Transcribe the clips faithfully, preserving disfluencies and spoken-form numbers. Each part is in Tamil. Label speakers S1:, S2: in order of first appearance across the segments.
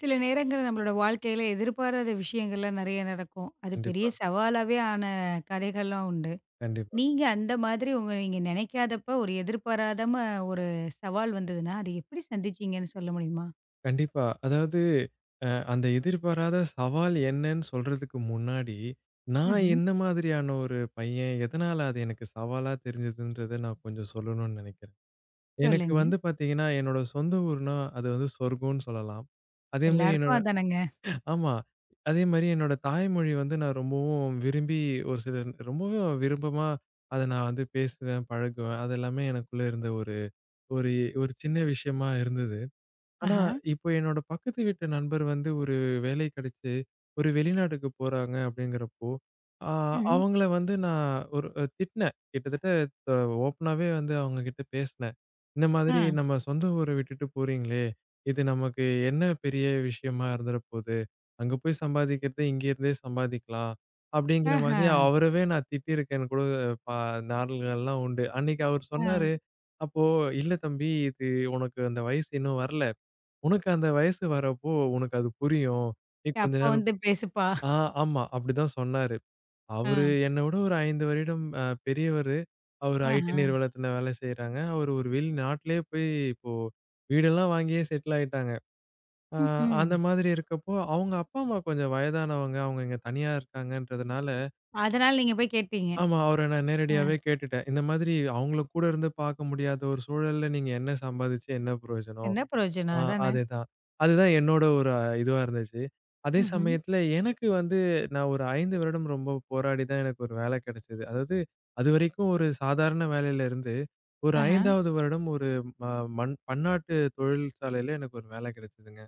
S1: சில நேரங்கள்ல நம்மளோட வாழ்க்கையில எதிர்பாராத விஷயங்கள்லாம் நெறைய நடக்கும். அது பெரிய
S2: கண்டிப்பா,
S1: சவாலாவே ஆன கதைகள்லாம் உண்டு.
S2: கண்டிப்பா,
S1: நீங்க அந்த மாதிரி உங்க நீங்க நெனைக்காதப்ப ஒரு எதிர்பாராதம ஒரு சவால் வந்ததுன்னா, அத எப்படி சந்திச்சீங்கன்னு சொல்ல முடியுமா?
S2: கண்டிப்பா. அதாவது அ அந்த எதிர்பாராத சவால் என்னன்னு சொல்றதுக்கு முன்னாடி, நான்
S1: ம்ஹ்ம்.
S2: என்ன மாதிரியான ஒரு பையன், எதனால அது எனக்கு சவாலா தெரிஞ்சதுன்றத நான் கொஞ்சம் சொல்லணும்னு நெனைக்கிறேன். எனக்கு
S1: சொல்லுங்க.
S2: வந்து பார்த்தீங்கன்னா, என்னோட சொந்த ஊர்னா அது வந்து சொர்க்கம்னு சொல்லலாம். அதேமாரி
S1: எல்லாருக்கும்
S2: என்னோட
S1: அதானங்க.
S2: ஆமா. அதேமாரி என்னோட தாய்மொழி வந்து நான் ரொம்பவும் விரும்பி ஒரு சில ரொம்பவும் விருப்பமா அத நான் வந்து பேசுவேன், பழகுவேன். அது எல்லாமே எனக்குள்ள இருந்த ஒரு ஒரு ஒரு சின்ன விஷயமா இருந்தது. ஆனா,
S1: ஆஹா.
S2: இப்ப என்னோட பக்கத்து வீட்டு நண்பர் வந்து ஒரு வேலை கிடைச்சு, ஒரு வெளிநாட்டுக்கு போறாங்க அப்படிங்கிறப்போ, ஆ
S1: ம்.
S2: அவங்கள வந்து நான் ஒரு அ திட்டினேன். கிட்டத்தட்ட அ ஓப்பனாவே வந்து அவங்க கிட்ட பேசினேன். இந்த
S1: ஆ.
S2: மாதிரி நம்ம சொந்த ஊர விட்டுட்டு போறீங்களே, இது நமக்கு என்ன பெரிய விஷயமா இருந்துற போது? அங்க போய் சம்பாதிக்கிறத இங்கேருந்தே சம்பாதிக்கலாம். அப்படிங்கிற
S1: ஆஹா.
S2: மாதிரி அவரவே நான் திட்டியிருக்கேன்னு கூட ப நாள்கள்லாம் உண்டு. அன்னைக்கு அவர்
S1: ஆ.
S2: சொன்னாரு, அப்போ, "இல்ல தம்பி, இது உனக்கு அந்த வயசு இன்னும் வரல." உனக்கு அந்த வயசு வரப்போ உனக்கு அது புரியும். நீ கொஞ்ச
S1: அப்ப
S2: நாள்.
S1: வந்து பேசுப்பா.
S2: ஆ ஆமா. அப்படிதான் சொன்னாரு.
S1: ஆ.
S2: அவரு என்ன விட ஒரு ஐந்து வருடம் அ பெரியவரு. அவரு ஐடி
S1: ஆஹா.
S2: நிறுவனத்துல வேலை செய்றாங்க. அவரு ஒரு வெளிநாட்டிலேயே போய் இப்போ வீடெல்லாம் வாங்கியே செட்டில் ஆயிட்டாங்க. அ
S1: ம்ஹ்ம்.
S2: அந்த மாதிரி இருக்கப்போ, அவங்க அப்பா, அம்மா கொஞ்சம் வயதானவங்க. அவங்க இங்க தனியா இருக்காங்கன்றதுனால,
S1: அதனால நீங்க போய் கேட்டீங்க.
S2: ஆமா, அவர நான்
S1: ஆ.
S2: நேரடியாவே கேட்டுட்டேன். இந்த மாதிரி அவங்கள கூட இருந்து பார்க்க முடியாத ஒரு சூழல்ல நீங்க என்ன சம்பாதிச்சு என்ன பிரயோஜனம்?
S1: என்ன
S2: ஆ
S1: பிரயோஜனம்? அதானே.
S2: அதேதான். அதுதான் என்னோட ஒரு அ, இதுவா இருந்துச்சு. அதே
S1: ம்ஹ்ம்.
S2: சமயத்துல எனக்கு வந்து நான் ஒரு ஐந்து வருடம் ரொம்ப போராடி தான் எனக்கு ஒரு வேலை கிடைச்சது. அதாவது அதுவரைக்கும் ஒரு சாதாரண வேலையில இருந்து, ஒரு
S1: ஆஹா.
S2: ஐந்தாவது வருடம் ஒரு ம மண் பன்னாட்டு தொழிற்சாலையில எனக்கு ஒரு வேலை கிடைச்சதுங்க.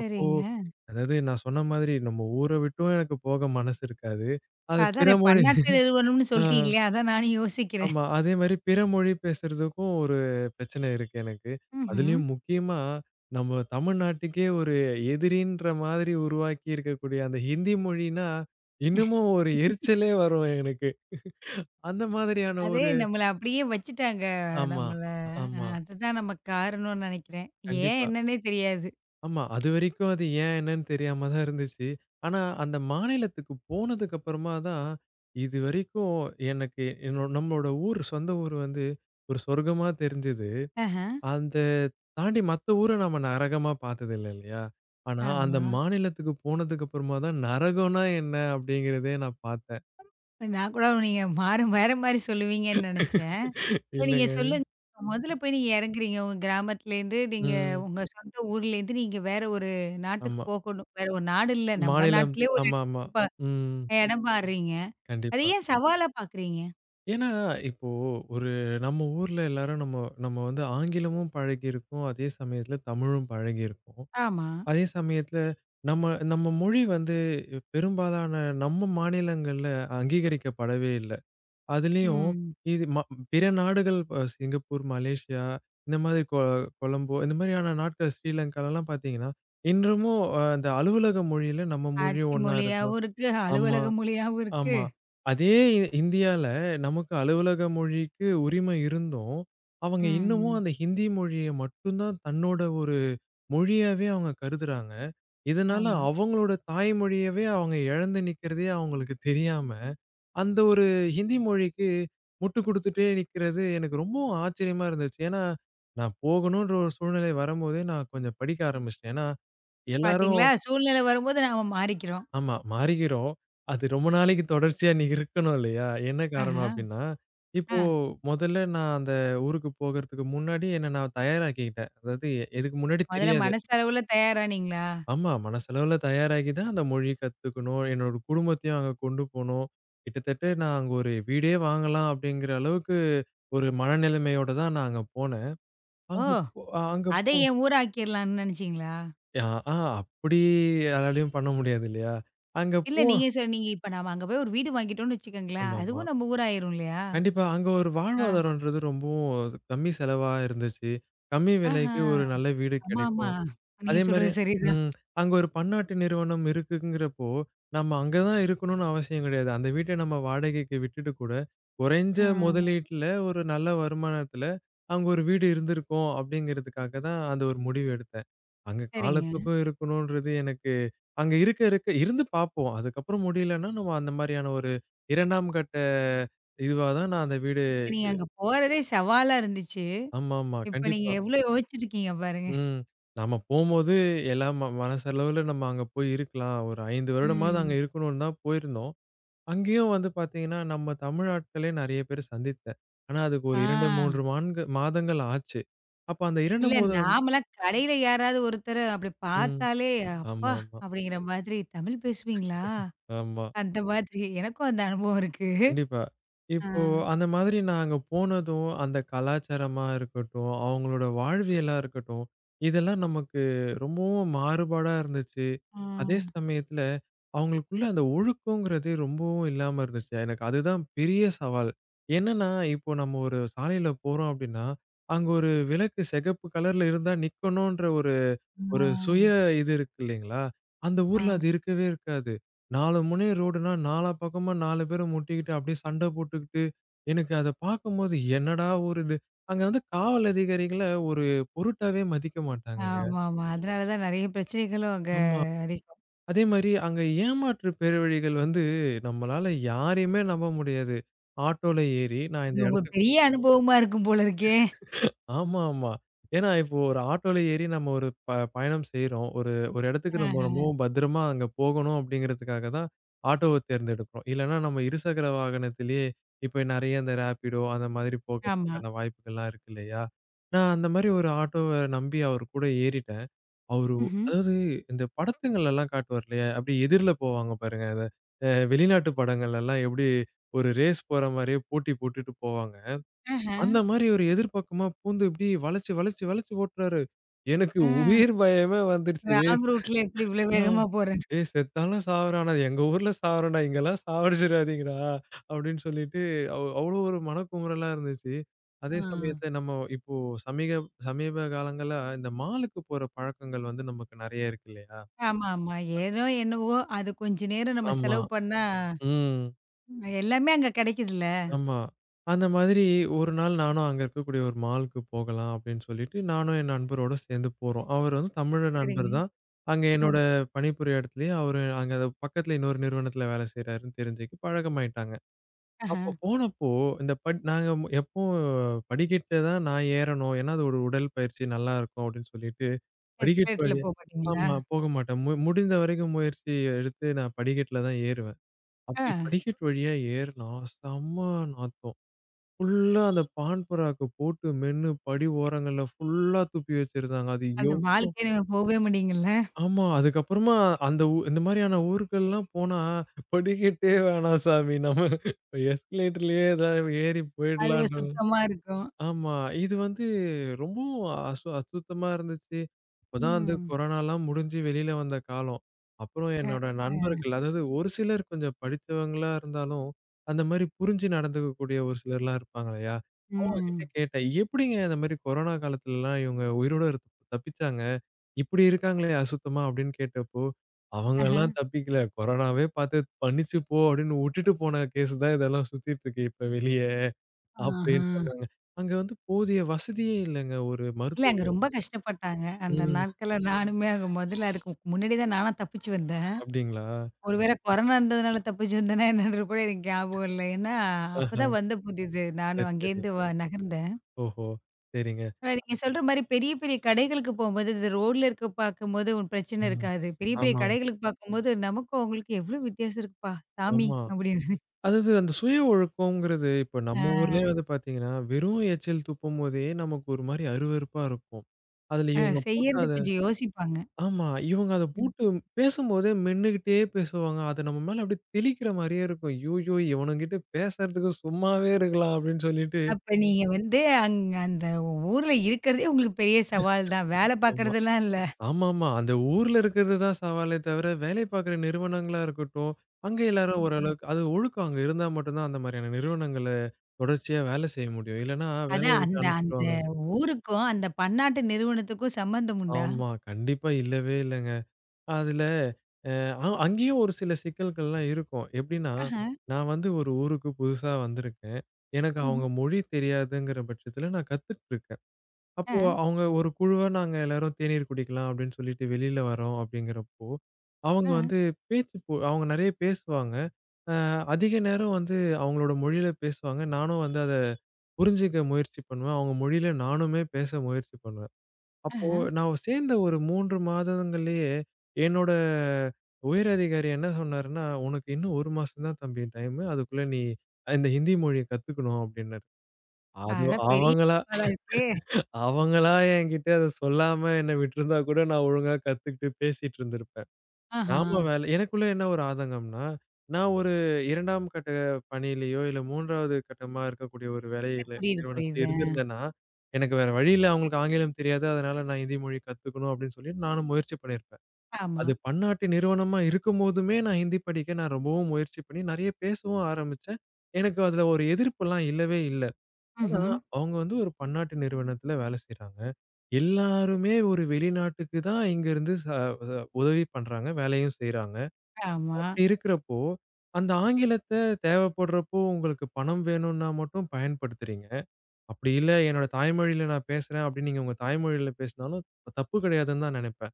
S2: அப்போ அதாவது நான் சொன்ன மாதிரி நம்ம ஊர விட்டும் எனக்கு போக மனசு இருக்காது. அது பிற
S1: அதானே
S2: மொழி
S1: பன்னாட்டு நிறுவனம்னு
S2: ஆ.
S1: சொல்ட்டீங்களே! அதான் நானும் யோசிக்கிறேன்.
S2: ஆமா. அதே மாரி பிற மொழி பேசுறதுக்கும் ஒரு பிரச்சனை இருக்கு எனக்கு.
S1: ம்ஹ்ம்.
S2: அதுலயும் முக்கியமா நம்ம தமிழ்நாட்டுக்கே ஒரு எதிரின்ற மாதிரி உருவாக்கி இருக்கக்கூடிய அந்த ஹிந்தி மொழினா, இன்னமும் ஒரு எரிச்சலே வரும் எனக்கு. அந்த மாதிரியான
S1: அதே
S2: ஒரு
S1: நம்மள அப்படியே வச்சுட்டாங்க.
S2: ஆமா,
S1: நம்மள அ
S2: ஆமா.
S1: அதுதான் நம்ம காரணம்னு நெனைக்கிறேன். ஏன்
S2: கண்டிப்பா.
S1: என்னன்னே தெரியாது.
S2: ஆமா. அதுவரைக்கும் அது ஏன் என்னன்னு தெரியாம தான் இருந்துச்சு. ஆனா அந்த மாநிலத்துக்கு போனதுக்கு அப்புறமா தான், இதுவரைக்கும் எனக்கு என்னோ நம்மளோட ஊர், சொந்த ஊர் வந்து ஒரு சொர்க்கமா தெரிஞ்சது.
S1: ஆஹா.
S2: அந்த தாண்டி மத்த ஊர நம்ம நரகமா பார்த்ததில்ல இல்லையா? ஆனா, அந்த
S1: ஆமா.
S2: மாநிலத்துக்கு போனதுக்கு அப்புறமா தான் நரகம்னா என்ன அப்படிங்கிறதே நான் பார்த்தேன்.
S1: நான் கூட நீங்க மாற வேற மாரி சொல்லுவீங்கன்னு நெனச்சேன். இப்ப நீங்க
S2: இல்லைங்க.
S1: சொல்லுங்க. மொதல்ல போய் நீங்க இறங்குறீங்க. உங்க கிராமத்துலேருந்து நீங்க
S2: ம்.
S1: உங்க சொந்த ஊர்லேருந்து நீங்க வேற ஒரு நாட்டுக்கு
S2: ஆமா.
S1: போகணும். வேற ஒரு நாடு இல்ல. நம்ம
S2: மாநிலம்.
S1: நாட்டிலேயே ஒரு
S2: ஆமாமா.
S1: இடத்துக்கு ப
S2: ம்.
S1: இடம் மாறுறீங்க. அத
S2: கண்டிப்பா.
S1: ஏன் சவாலா பார்க்குறீங்க?
S2: ஏன்னா, இப்போ ஒரு நம்ம ஊர்ல எல்லாரும் நம்ம நம்ம வந்து ஆங்கிலமும் பழகியிருக்கோம். அதே சமயத்துல தமிழும் பழகியிருக்கோம்.
S1: ஆமா.
S2: அதே சமயத்துல நம்ம நம்ம மொழி வந்து பெரும்பாலான நம்ம மாநிலங்கள்ல அங்கீகரிக்கப்படவே இல்ல. அதுலயும்
S1: ம்.
S2: இது ம பிற நாடுகள், அ சிங்கப்பூர், மலேசியா, இந்த மாதிரி கொ கொலம்போ, இந்த மாதிரியான நாட்கள் ஸ்ரீலங்காலலாம் பார்த்தீங்கன்னா, இன்றமும் அ அந்த அலுவலக மொழியில நம்ம மொழியும்
S1: ஆட்சி
S2: ஒண்ணா இருக்கும்.
S1: மொழியாவும் இருக்கு,
S2: ஆமா,
S1: அலுவலக மொழியாவும் இருக்கு.
S2: ஆமா. அதே இ- இந்தியால நமக்கு அலுவலக மொழிக்கு உரிமை இருந்தும், அவங்க இன்னமும்
S1: ம்.
S2: அந்த ஹிந்தி மொழிய மட்டும் தான் தன்னோட ஒரு மொழியாவே அவங்க கருதுறாங்க. இதனால
S1: ஆமா.
S2: அவங்களோட தாய்மொழியவே அவங்க இழந்து நிக்கிறதே அவங்களுக்கு தெரியாம அந்த ஒரு ஹிந்தி மொழிக்கு முட்டு குடுத்துட்டே நிக்கிறது எனக்கு ரொம்பவும் ஆச்சரியமா இருந்துச்சு. ஏன்னா, நான் போகணுன்ற ஒரு சூழ்நிலை வரும்போதே நான் கொஞ்சம் படிக்க ஆரம்பிச்சுட்டேன். ஏன்னா, எல்லாரும்.
S1: பாத்தீங்களா? சூழ்நிலை வரும்போது நாம மாறிக்கிறோம்.
S2: ஆமா, மாறுகிறோம். அது ரொம்ப நாளைக்கு தொடர்ச்சியா நீ இருக்கணும் இல்லையா? என்ன காரணம்
S1: ஆஹா.
S2: அப்படின்னா,
S1: ஆ.
S2: இப்போ முதல்ல நான் அந்த ஊருக்கு போகறதுக்கு முன்னாடி என்ன நான் தயாராக்கிக்கிட்டேன். அதாவது எ- எதுக்கு முன்னாடி
S1: மொதல்ல
S2: தெரியாது.
S1: மனசளவுல தயாரானீங்களா?
S2: ஆமா. மனசளவுல தயாராகி தான் அந்த மொழி கத்துக்கணும். என்னோட குடும்பத்தையும் அங்க கொண்டு போணும். கிட்டத்தட்ட நான் அங்க ஒரு வீடே வாங்கலாம் அப்படிங்கிற அளவுக்கு ஒரு மனநிலைமையோட தான் நான் அங்க போனேன்.
S1: ஓ!
S2: அங்க போ அங்க
S1: அத
S2: போ
S1: என் ஊராக்கிரலாம்னு நெனச்சீங்களா?
S2: அ ஆ அப்படி யாராலயும் பண்ண முடியாது இல்லையா? அங்க
S1: இல்ல
S2: போ
S1: நீங்க சொன்னீங்க, இப்ப நாம அங்க போய் ஒரு வீடு வாங்கிட்டோம்னு வச்சுக்கோங்களேன்,
S2: ஆமாமா.
S1: அதுவும் நம்ம ஊராயிரும் இல்லையா?
S2: கண்டிப்பா. அங்க ஒரு
S1: ஆ.
S2: வாழ்வாதாரம்ன்றது ரொம்பவும் கம்மி செலவா இருந்துச்சு. கம்மி
S1: ஆஹா.
S2: விலைக்கு ஒரு நல்ல வீடு
S1: ஆமா, ஆமா.
S2: கிடைக்கும்.
S1: நீங்க
S2: அதே மாரி.
S1: சொல்றது சரிதான்.
S2: ம். அங்க ஒரு பன்னாட்டு நிறுவனம் இருக்குங்கிறப்போ, நம்ம அங்க தான் இருக்கணும்னு அவசியம் கிடையாது. அந்த வீட்ட நம்ம வாடகைக்கு விட்டுட்டு கூட, குறைஞ்ச
S1: ம்.
S2: முதலீட்டுல ஒரு நல்ல வருமானத்துல, அங்க ஒரு வீடு இருந்திருக்கும் அப்படிங்கிறதுக்காக தான் அந்த ஒரு முடிவு எடுத்தேன். அங்க
S1: சரிங்க.
S2: காலத்துக்கும் இருக்கணும்ன்றது எனக்கு அங்க இருக்க இருக்க இருந்து பார்ப்போம். அதுக்கப்புறம் முடியலன்னா நம்ம அந்த மாரியான ஒரு இரண்டாம் கட்ட இதுவா தான் நான் அந்த வீடு.
S1: இப்ப நீங்க அங்க போறதே சவாலா இருந்துச்சு.
S2: ஆமாமா.
S1: இப்ப நீங்க
S2: கண்டிப்பா.
S1: எவ்ளோ யோசிச்சிருக்கீங்க பாருங்க.
S2: ம். நம்ம போம்போது எல்லாம் ம மனசளவுல நம்ம அங்க போய் இருக்கலாம். ஒரு ஐந்து வருடமாவது அங்க
S1: ம்.
S2: இருக்கணும்னு தான் போயிருந்தோம். அங்கேயும் வந்து பார்த்தீங்கன்னா, நம்ம தமிழ் ஆட்களே நெறைய பேர் சந்தித்தேன். ஆனா அதுக்கு ஒரு
S1: ஆ.
S2: இரண்டு, மூன்று மான்க மாதங்கள் ஆச்சு. அப்ப அந்த இரண்டு
S1: இல்ல
S2: மூத
S1: நாமெல்லாம் கடையில யாராவது ஒருத்தர அப்படி
S2: ம்.
S1: பார்த்தாலே, அப்பா!
S2: ஆமாமா.
S1: அப்படிங்கிற மாதிரி, "தமிழ் பேசுவீங்களா?"
S2: ஆமா.
S1: அந்த மாதிரி. எனக்கும் அந்த அனுபவம் இருக்கு.
S2: கண்டிப்பா.
S1: ஆ.
S2: இப்போ அந்த மாதிரி நான் அங்க போனதும், அந்த கலாச்சாரமா இருக்கட்டும், அவங்களோட வாழ்வியலா இருக்கட்டும், இதெல்லாம் நமக்கு ரொம்பவும் மாறுபாடா இருந்துச்சு.
S1: ஆ.
S2: அதே சமயத்துல அவங்களுக்குள்ள அந்த ஒழுக்கங்கிறது ரொம்பவும் இல்லாம இருந்துச்சு. எனக்கு அதுதான் பெரிய சவால். என்னன்னா, இப்போ நம்ம ஒரு சாலையில போறோம் அப்படின்னா, அங்க ஒரு விளக்கு சிகப்பு கலர்ல இருந்தா நிக்கணுன்ற ஒரு ஒரு சுய
S1: ஆ.
S2: இது இருக்கு இல்லைங்களா? அந்த
S1: ஆ.
S2: ஊர்ல அது இருக்கவே இருக்காது. நாலு முனைய ரோடுனா, நாலா பக்கமா நாலு பேரு முட்டிக்கிட்டு, அப்படியே சண்டை போட்டுக்கிட்டு, எனக்கு அத பார்க்கும்போது, என்னடா ஊர் இது? அங்க வந்து காவல் அதிகாரிகள ஒரு பொருட்டாவே மதிக்க மாட்டாங்கங்க.
S1: ஆமாமா. அதனால தான் நெறைய பிரச்சனைகளும் அங்க
S2: ஆமா.
S1: அதிகம்.
S2: அதே மாரி அங்க ஏமாற்று பேர் வழிகள் வந்து, நம்மளால யாரையுமே நம்ப முடியாது. ஆட்டோல ஏறி நான் இந்த
S1: இது உங்களுக்கு
S2: இடத்துக்கு
S1: பெரிய அனுபவமா இருக்கும் போல இருக்கே!
S2: ஆமா, ஆமா. ஏன்னா இப்போ ஒரு ஆட்டோல ஏறி நம்ம ஒரு ப பயணம் செய்றோம். ஒரு ஒரு இடத்துக்கு நம்ம
S1: ஆஹ.
S2: ரொம்பவும் பத்திரமா அங்க போகணும் அப்படிங்கிறதுக்காக தான் ஆட்டோவ தேர்ந்தெடுக்கிறோம். இல்லன்னா நம்ம இருசக்கர வாகனத்திலேயே இப்ப நெறைய இந்த ரேபிடோ அந்த மாதிரி
S1: ஆமா.
S2: போகறதுக்கான வாய்ப்புகள்லாம் இருக்கு இல்லையா? நான் அந்த மாரி ஒரு ஆட்டோவ நம்பி அவர் கூட ஏறிட்டேன். அவரு
S1: ம்ஹ்ம்.
S2: அதாவது இந்த படத்துங்கள்லலாம் காட்டுவார் இல்லையா? அப்படியே எதிர்ல போவாங்க பாருங்க. அத அ வெளிநாட்டு படங்கள்லலாம் எப்படி ஒரு ரேஸ் போற மாரியே போட்டி போட்டுட்டு போவாங்க.
S1: ஆஹ.
S2: அந்த மாரி ஒரு எதிர்பக்கமா பூந்து இப்டி வளைச்சு, வளைச்சு, வளைச்சு ஓட்டுறாரு. எனக்கு
S1: ஆ.
S2: உயிர் பயமே வந்துருச்சு. "டேய்
S1: ராங்
S2: செ
S1: ரூட்ல எப்படி இவ்வளோ
S2: ஆ
S1: வேகமா போறேன்.
S2: "டேய் செத்தாலும் சாவுறா! ஆனா எங்க ஊர்ல சாவுறேன்டா, இங்கலாம் சாவடிச்சிடாதீங்கடா", அப்டின்னு சொல்லிட்டு அவ் அவ்ளோ ஒரு மனக்குமுறலா இருந்துச்சு.
S1: ஆ.
S2: அதே சமயத்துல நம்ம இப்போ சமீக சமீப காலங்களா இந்த மாலுக்கு போற பழக்கங்கள் வந்து நமக்கு நெறைய இருக்கு இல்லையா?
S1: ஆமாமா. ஏதோ என்னவோ, அது கொஞ்ச நேரம் நம்ம
S2: ஆமா.
S1: செலவு பண்ணா,
S2: ம்.
S1: எல்லாமே அங்க கெடைக்குதுல்ல.
S2: ஆமா. அந்த மாதிரி ஒரு நாள் நானும் அங்க இருக்கக்கூடிய ஒரு மால்க்கு போகலாம் அப்படின்னு சொல்லிட்டு, நானும் என் நண்பரோட சேர்ந்து போறோம். அவர் வந்து தமிழ்
S1: சரிங்க.
S2: நண்பர் தான். அங்க
S1: ம்.
S2: என்னோட பணிபுரிய இடத்துலயே அவரு அங்க அது பக்கத்துல இன்னொரு நிறுவனத்துல வேலை செய்றாருன்னு தெரிஞ்சுக்க பழக்கமாயிட்டாங்க.
S1: ஆஹா.
S2: அப்போ போனப்போ இந்த பட் நாங்க எப்பவும் படிக்கட்டு தான் நான் ஏறணும். ஏன்னா, அது ஒரு உடல்பயிற்சி நல்லா இருக்கும் அப்படின்னு சொல்லிட்டு, படிக்கட்டு
S1: எஸ்கலேட்டர்ல
S2: வழியா.
S1: போ மாட்டீங்களா?
S2: ஆமா போக மாட்டேன். மு முடிந்த வரைக்கும் முயற்சி எடுத்து நான் படிக்கட்டுல தான் ஏறுவேன்.
S1: ஆ.
S2: அப்படி படிக்கட்டு வழியா ஏறுனா செம்ம நாத்தம். ஃபுல்லா அந்த பான் பராக்க போட்டு மென்னு படி ஓரங்கள்ல ஃபுல்லா துப்பி வச்சிருந்தாங்க. அது
S1: அந்த
S2: எவ்
S1: பால்கனில போவே மாட்டீங்கல்ல?
S2: ஆமா. அதுக்கப்புறமா அந்த ஊ இந்த மாரியான ஊருக்கள்லாம் போனா, படிக்கட்டே வேணாம் சாமி. நம்ம எஸ்கலேட்டர்லயே ஏதாவது ஏறி
S1: அது
S2: போயிடலான்ற.
S1: சுத்தமா இருக்கும்.
S2: ஆமா. இது வந்து ரொம்பவும் அசு அசுத்தமா இருந்துச்சு. அப்பதான். ம். வந்து
S1: ம்.
S2: கொரோனாலாம் முடிஞ்சு வெளில வந்த காலம். அப்புறம்
S1: அ,
S2: என்னோட. ஆமா.
S1: அ.
S2: நண்பர்கள், அதாவது ஒரு சிலர் கொஞ்சம் படிச்சவங்களா இருந்தாலும், அந்த மாரி புரிஞ்சு நடந்துக்கக்கூடிய ஒரு சிலர்லாம் இருப்பாங்க இல்லையா? அவங்ககிட்ட
S1: ம்.
S2: கேட்டேன். "எப்படிங்க இந்த மாரி கொரோனா காலத்துலலாம் இவங்க உயிரோட இருத் தப்பிச்சாங்க. இப்படி இருக்காங்களே அசுத்தமா", அப்படின்னு கேட்டப்போ,
S1: ஆஹா.
S2: "அவங்கலாம் தப்பிக்கல. கொரோனாவே பார்த்து பண்ணிச்சு போ", அப்படின்னு வுட்டுட்டு போன கேஸ் தான் இதெல்லாம் சுத்திட்டு இருக்கு இப்ப வெளிய.
S1: ஆஹா.
S2: அப்படின்னு சொன்னாங்க. அங்க வந்து போதிய வசதியே இல்லங்க. ஒரு
S1: இல்ல
S2: மருத்துவ.
S1: அங்க ரொம்ப கஷ்டப்பட்டாங்க. அந்த
S2: ம்.
S1: நாட்கள்ல நானுமே அங்க முதல்ல அதுக்கு முன்னாடி தான் நானா தப்பிச்சு வந்தேன்.
S2: அப்படிங்களா?
S1: ஒருவேளை கொரோனா இருந்ததுனால தப்பிச்சு வந்தேனா என்னன்றது கூட எனக்கு ஞாபகம் இல்ல. ஏன்னா,
S2: ஆஹா.
S1: அப்பதான் வந்த புதிது.
S2: சரி,
S1: நானும்
S2: சரி.
S1: அங்கேருந்து வ நகர்ந்தேன்.
S2: ஓஹோ! சரிங்க.
S1: அ நீங்க சொல்ற மாரி பெரிய, பெரிய கடைகளுக்கு போம்போது, இது ரோட்ல இருக்க பார்க்கும்போது ஒண்ணும் பிரச்சனை
S2: ம்.
S1: இருக்காது. பெரிய, ம். பெரிய
S2: ஆமாம்,
S1: கடைகளுக்கு பார்க்கும்போது, நமக்கும் அவங்களுக்கும் எவ்வளோ வித்தியாசம் இருக்குப்பா! சாமி
S2: ஆமா.
S1: அப்படின்னு.
S2: அதாவது அந்த சுய ஒழுக்கம்ங்கிறது இப்ப
S1: ஆ,
S2: நம்ம ஊர்லயே வந்து பார்த்தீங்கன்னா, வெறும் எச்சில் துப்பும்போதே நமக்கு ஒரு மாரி அருவருப்பா இருக்கும். அதுல
S1: அ
S2: இவங்க போட்ட
S1: செய்யறது
S2: அத.
S1: கொஞ்சம் யோசிப்பாங்க.
S2: ஆமா. இவங்க அத
S1: ம்.
S2: போட்டு பேசும்போதே மென்னுகிட்டே பேசுவாங்க. அது நம்ம மேல அப்படியே தெளிக்கிற மாரியே இருக்கும். ஐய்யயோ! இவனுங்கிட்ட பேசுறதுக்கு சும்மாவே இருக்கலாம் அப்படின்னு சொல்லிட்டு.
S1: அப்ப நீங்க வந்து அங்க அந்த ஊர்ல இருக்கிறதே உங்களுக்கு பெரிய சவால் தான். வேலை
S2: ஆமா.
S1: பார்க்கறதெல்லாம் இல்ல.
S2: ஆமாமா. அந்த ஊர்ல இருக்கிறது தான் சவாலே தவிர, வேலை பார்க்குற நிறுவனங்களா இருக்கட்டும், அங்க எல்லாரும்
S1: ம், ம்.
S2: ஓரளவுக்கு அது ஒழுக்கம் அங்க இருந்தா மட்டும் தான் அந்த மாதிரியான நிறுவனங்கள்ல தொடர்ச்சியா வேலை செய்ய முடியும். இல்லன்னா வேலைய
S1: அதான்
S2: விட்டு
S1: அந்த அந்த
S2: அனுப்பிச்சுருவாங்க.
S1: ஊருக்கும், அந்த பன்னாட்டு நிறுவனத்துக்கும் சம்மந்தம் உண்டா?
S2: ஆமா. கண்டிப்பா இல்லவே இல்லங்க. அதுல அஹ், அ அங்கேயும் ஒரு சில சிக்கல்கள்லாம் இருக்கும். எப்படின்னா,
S1: ஆஹ,
S2: நான் வந்து ஒரு ஊருக்கு புதுசா வந்திருக்கேன். எனக்கு
S1: ம்,
S2: அவங்க மொழி தெரியாதுங்கிற பட்சத்தில நான் கத்துட்டுருக்கேன். அப்போ
S1: ஆ,
S2: அவங்க ஒரு குழுவா நாங்க எல்லாரும் தேநீர் குடிக்கலாம் அப்படின்னு சொல்லிட்டு வெளியில வரோம் அப்படிங்கிறப்போ, அவங்க
S1: ஆ,
S2: வந்து பேச்சு போ அவங்க நெறைய பேசுவாங்க. அ அதிக நேரம் வந்து அவங்களோட மொழியில பேசுவாங்க. நானும் வந்து அத புரிஞ்சுக்க முயற்சி பண்ணுவேன். அவங்க மொழியில நானுமே பேச முயற்சி பண்ணுவேன். அப்போ
S1: ஆஹ.
S2: நான் சேர்ந்த ஒரு மூன்று மாதங்கள்லயே என்னோட உயர் அதிகாரி என்ன சொன்னாருன்னா, "உனக்கு இன்னும் ஒரு மாசம் தான் தம்பி டைமு. அதுக்குள்ள நீ இந்த ஹிந்தி மொழிய கத்துக்கணும்", அப்படின்னாரு. அது
S1: அட பெரிய
S2: அவங்களா
S1: சவாலா இருக்கே!
S2: அவங்களா என்கிட்ட அத சொல்லாம என்ன விட்டிருந்தா கூட, நான் ஒழுங்கா கத்துக்கிட்டு பேசிட்டு இருந்திருப்பேன்.
S1: ஆஹா.
S2: நாம வேல எனக்குள்ள என்ன ஒரு ஆதங்கம்னா, நான் ஒரு இரண்டாம் கட்ட பணியிலயோ, இல்ல மூன்றாவது கட்டமா இருக்கக்கூடிய ஒரு வேலையில
S1: புரியுது,
S2: நிறுவனத்தில
S1: புரியுது.
S2: இருந்திருந்தேன்னா, எனக்கு வேற வழி இல்ல. அவங்களுக்கு ஆங்கிலம் தெரியாது. அதனால நான் ஹிந்தி மொழி கத்துக்கணும் அப்படின்னு சொல்லி நானும் முயற்சி பண்ணியிருப்பேன்.
S1: ஆமா.
S2: அது பன்னாட்டு நிறுவனமா இருக்கும்போதுமே நான் ஹிந்தி படிக்க நான் ரொம்பவும் முயற்சி பண்ணி, நெறைய பேசவும் ஆரம்பிச்சேன். எனக்கு அதுல ஒரு எதிர்ப்புலாம் இல்லவே இல்ல. ஆனா,
S1: ம்ஹ்ம்.
S2: அவங்க வந்து ஒரு பன்னாட்டு நிறுவனத்துல வேலை செய்றாங்க. எல்லாருமே ஒரு வெளிநாட்டுக்கு தான் இங்கருந்து ச ச உதவி பண்றாங்க. வேலையும் செய்றாங்க.
S1: ஆமா.
S2: அப்படி இருக்கிறப்போ, அந்த ஆங்கிலத்த தேவைப்படுறப்போ உங்களுக்கு பணம் வேணும்னா மட்டும் பயன்படுத்துறீங்க. அப்படி இல்ல என்னோட தாய்மொழியில நான் பேசுறேன் அப்படின்னு நீங்க உங்க தாய்மொழியில பேசினாலும் தப்பு கிடையாதுன்னு தான் நினைப்பேன்.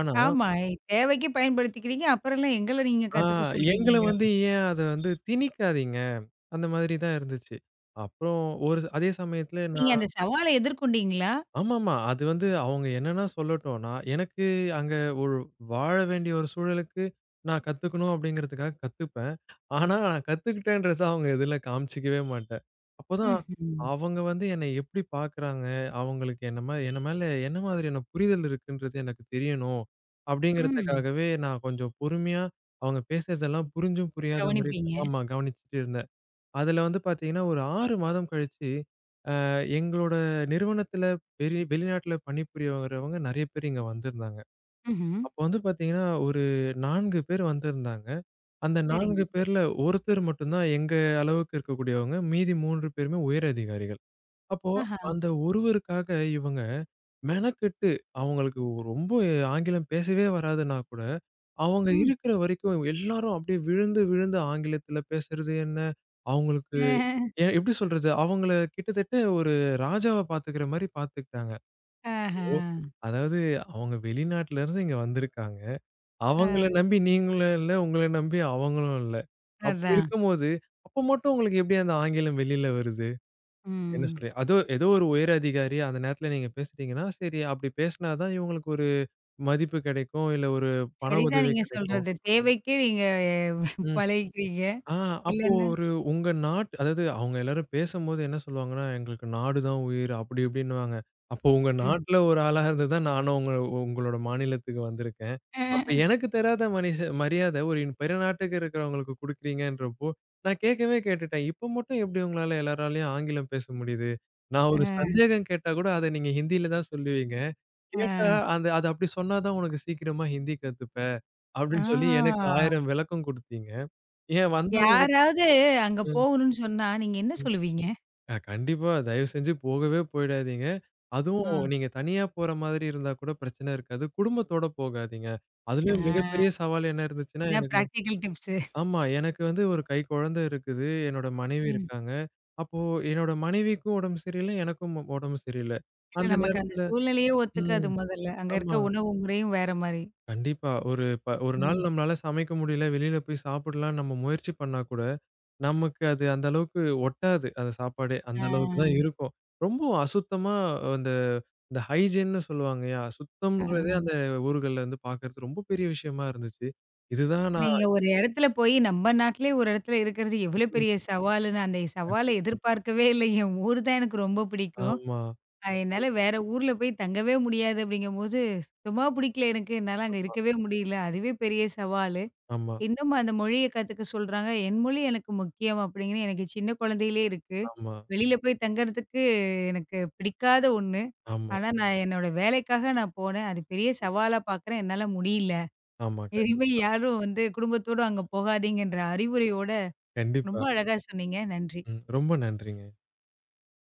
S2: ஆனா,
S1: ஆமா. தேவைக்கு பயன்படுத்திக்கிறீங்க. அப்புறம்லாம் எங்கள நீங்க
S2: ஆ
S1: கத்துக்க
S2: எங்கள
S1: சொல்றீங்கங்கிற
S2: வந்து
S1: மா
S2: ஏன் அத வந்து திணிக்காதீங்க. அந்த மாதிரி தான் இருந்துச்சு. அப்புறம் ஒரு அதே சமயத்துல.
S1: நீங்க அந்த சவால எதிர்கொண்டீங்களா?
S2: ஆமாமா. அது வந்து அவங்க என்னன்னா சொல்லட்டும். நான் எனக்கு அங்க ஒரு வாழ வேண்டிய ஒரு சூழலுக்கு நான் கத்துக்கணும் அப்படிங்கிறதுக்காக கத்துப்பேன். ஆனா நான் கத்துக்கிட்டேன்றத அவங்க இதுல காமிச்சுக்கவே மாட்டேன். அப்பதான்
S1: ம்ஹ்ம்.
S2: அவங்க வந்து என்னை எப்படி பார்க்குறாங்க, அவங்களுக்கு என்ன மா என்ன மேல என்ன மாதிரியான புரிதல் இருக்குன்றது எனக்கு தெரியணும்.
S1: ம்.
S2: அப்படிங்கிறதுக்காகவே நான் கொஞ்சம் பொறுமையா அவங்க பேசுறதெல்லாம் புரிஞ்சும் புரியாத மாரி.
S1: கவனிப்பீங்க.
S2: ஆமா, கவனிச்சுட்டு இருந்தேன். அதுல வந்து பார்த்தீங்கன்னா, ஒரு ஆறு மாதம் கழிச்சு எங்களோட நிறுவனத்துல பெரிய வெளிநாட்டுல பணிபுரியவங்க நெறைய பேர் இங்க வந்திருந்தாங்க.
S1: ம்ஹ்ம்.
S2: அப்போ வந்து பார்த்தீங்கன்னா, ஒரு நான்கு பேர் வந்திருந்தாங்க. அந்த
S1: சரிங்க.
S2: நான்கு பேர்ல ஒருத்தர் மட்டும் தான் எங்க அளவுக்கு இருக்கக்கூடியவங்க. மீதி மூன்று பேருமே உயர் அதிகாரிகள். அப்போ
S1: ஆஹா.
S2: அந்த ஒருவருக்காக இவங்க மெனக்கெட்டு அவங்களுக்கு ரொம்ப ஆங்கிலம் பேசவே வராதுன்னா கூட, அவங்க
S1: ம்.
S2: இருக்கிற வரைக்கும் எல்லாரும் அப்படியே விழுந்து விழுந்து ஆங்கிலத்துல பேசுறது என்ன, அவங்களுக்கு ஏன் எப்படி சொல்றது? அவங்கள கிட்டத்தட்ட ஒரு ராஜாவ பாத்துக்கிற மாரி பாத்துக்கிட்டாங்க.
S1: ஆஹா.
S2: ஓ! அதாவது அவங்க வெளிநாட்டுல இருந்து இங்க வந்திருக்காங்க. அவங்கள
S1: ஆ.
S2: நம்பி நீங்களும் இல்ல, உங்கள நம்பி அவங்களும் இல்ல. அப்படி
S1: அதான்.
S2: இருக்கும்போது, அப்ப மட்டும் உங்களுக்கு எப்படி அந்த ஆங்கிலம் வெளியில வருது? என்ன
S1: ம்.
S2: சொல்றீங்க? அதோ ஏதோ ஒரு உயர் அதிகாரி அந்த நேரத்துல நீங்க பேசுறீங்கன்னா, சரி அப்படி பேசினா தான் இவங்களுக்கு ஒரு மதிப்பு கெடைக்கும். இல்ல ஒரு பண
S1: சரிதான்
S2: உதவி
S1: நீங்க
S2: கெடைக்கும்.
S1: சொல்றது. தேவைக்கு நீங்க
S2: ம்.
S1: பழகிக்கிறீங்க.
S2: ஆ, அப்போ
S1: இல்லன்னா
S2: ஒரு உங்க நாட் அதாவது அவங்க எல்லாரும் பேசம்போது என்ன சொல்லுவாங்கன்னா, "எங்களுக்கு நாடு தான் உயிர்", அப்படி இப்படின்னுவாங்க. அப்போ உங்க
S1: ம்.
S2: நாட்ல ஒரு ஆளா இருந்து தான் நானும் உங்க உங்களோட மாநிலத்துக்கு வந்திருக்கேன்.
S1: அ.
S2: அப்ப எனக்கு தராத மனிஷ மரியாதை ஒரு இன்- பிற நாட்டுக்கு இருக்கிறவங்களுக்கு குடுக்குறீங்கன்றப்போ, நான் கேட்கவே கேட்டுட்டேன். இப்ப மட்டும் எப்படி உங்களால எல்லாராலயும் ஆங்கிலம் பேச முடியுது? நான் ஒரு சந்தேகம் கேட்டா கூட அத நீங்க ஹிந்தியில தான் சொல்லுவீங்க.
S1: அ.
S2: கேட்டா அந்த, "அது அப்படி சொன்னா தான் உனக்கு சீக்கிரமா ஹிந்தி கத்துப்ப", அப்படின்னு சொல்லி எனக்கு
S1: ஆ.
S2: ஆயிரம் விளக்கம் குடுத்தீங்க. ஏன் வந்தவங்க
S1: யாராவது அங்க போகணும்னு சொன்னா, நீங்க என்ன சொல்லுவீங்க?
S2: அ கண்டிப்பா. தயவு செஞ்சு போகவே போயிடாதீங்க.
S1: ஆ.
S2: அதுவும் நீங்க தனியா போற மாதிரி இருந்தா கூட பிரச்சனை இருக்காது. குடும்பத்தோட போகாதீங்க. அதுலயும் மிகப்பெரிய
S1: ஆ.
S2: சவால் என்ன இருந்துச்சுன்னா,
S1: இதான்
S2: எனக்கு.
S1: Practical tips.
S2: ஆமா. எனக்கு வந்து ஒரு கைக்குழந்தை இருக்குது. என்னோட மனைவி
S1: ம்.
S2: இருக்காங்க. அப்போ என்னோட மனைவிக்கும் உடம்பு சரியில்ல. எனக்கும் உ உடம்பு சரியில்ல.
S1: இல்ல
S2: அந்த
S1: நமக்கு அந்த
S2: நேரத்துல.
S1: சூழ்நிலையே
S2: ம்.
S1: ஒத்துக்காது முதல்ல. அங்க இருக்க
S2: ஆமா.
S1: உணவு முறையும் வேற மாரி.
S2: கண்டிப்பா. ஒரு ப ஒரு நாள்
S1: ம்.
S2: நம்மளால சமைக்க முடியல. வெளியில போய் சாப்பிடலாம்ன்னு நம்ம முயற்சி பண்ணா கூட நமக்கு அது அந்த அளவுக்கு ஒட்டாது. அந்த சாப்பாடே. அந்த.
S1: ஆ.
S2: ம். அளவுக்கு தான் இருக்கும். ரொம்ப அசுத்தமா அந்த இந்த ஹைஜீன்னு சொல்லுவாங்கயா, ம். சுத்தம்ன்றதே
S1: அஹ.
S2: அந்த ஊர்கள்ல வந்து பார்க்கறது ரொம்ப பெரிய விஷயமா இருந்துச்சு. இதுதான் நான்.
S1: நீங்க ஒரு இடத்துல போய் நம்ம நாட்டிலே ஒரு இடத்துல இருக்கிறது எவ்வளோ
S2: ம்.
S1: பெரிய சவாலுன்னு, அந்த சவால எதிர்பார்க்கவே இல்லை. என் ஊர் தான் எனக்கு ரொம்ப பிடிக்கும்.
S2: ஆமா,
S1: அ என்னால வேற ஊர்ல போய் தங்கவே முடியாது அப்படிங்கும்போது, சுத்தமா பிடிக்கல எனக்கு. என்னால அங்க
S2: ஆமா,
S1: இருக்கவே முடியல. அதுவே பெரிய சவாலு.
S2: ஆமா,
S1: இன்னும் அந்த மொழிய கத்துக்க சொல்றாங்க. என் மொழி எனக்கு முக்கியம் அப்படிங்கிறது எனக்கு சின்ன குழந்தையிலே இருக்கு.
S2: ஆமா,
S1: வெளியில போய் தங்கறதுக்கு எனக்கு பிடிக்காத ஒண்ணு.
S2: ஆமா,
S1: ஆனா, ம். நான் என்னோட வேலைக்காக நான் போனேன். அது பெரிய சவாலா பார்க்குறேன். என்னால முடியல.
S2: ஆமா. கண்டி-
S1: இனிமே யாரும் வந்து குடும்பத்தோட அங்க போகாதீங்கன்ற அறிவுரையோட ரொம்ப
S2: கண்டிப்பா.
S1: அழகா சொன்னீங்க. நன்றி.
S2: ம். ரொம்ப நன்றிங்க.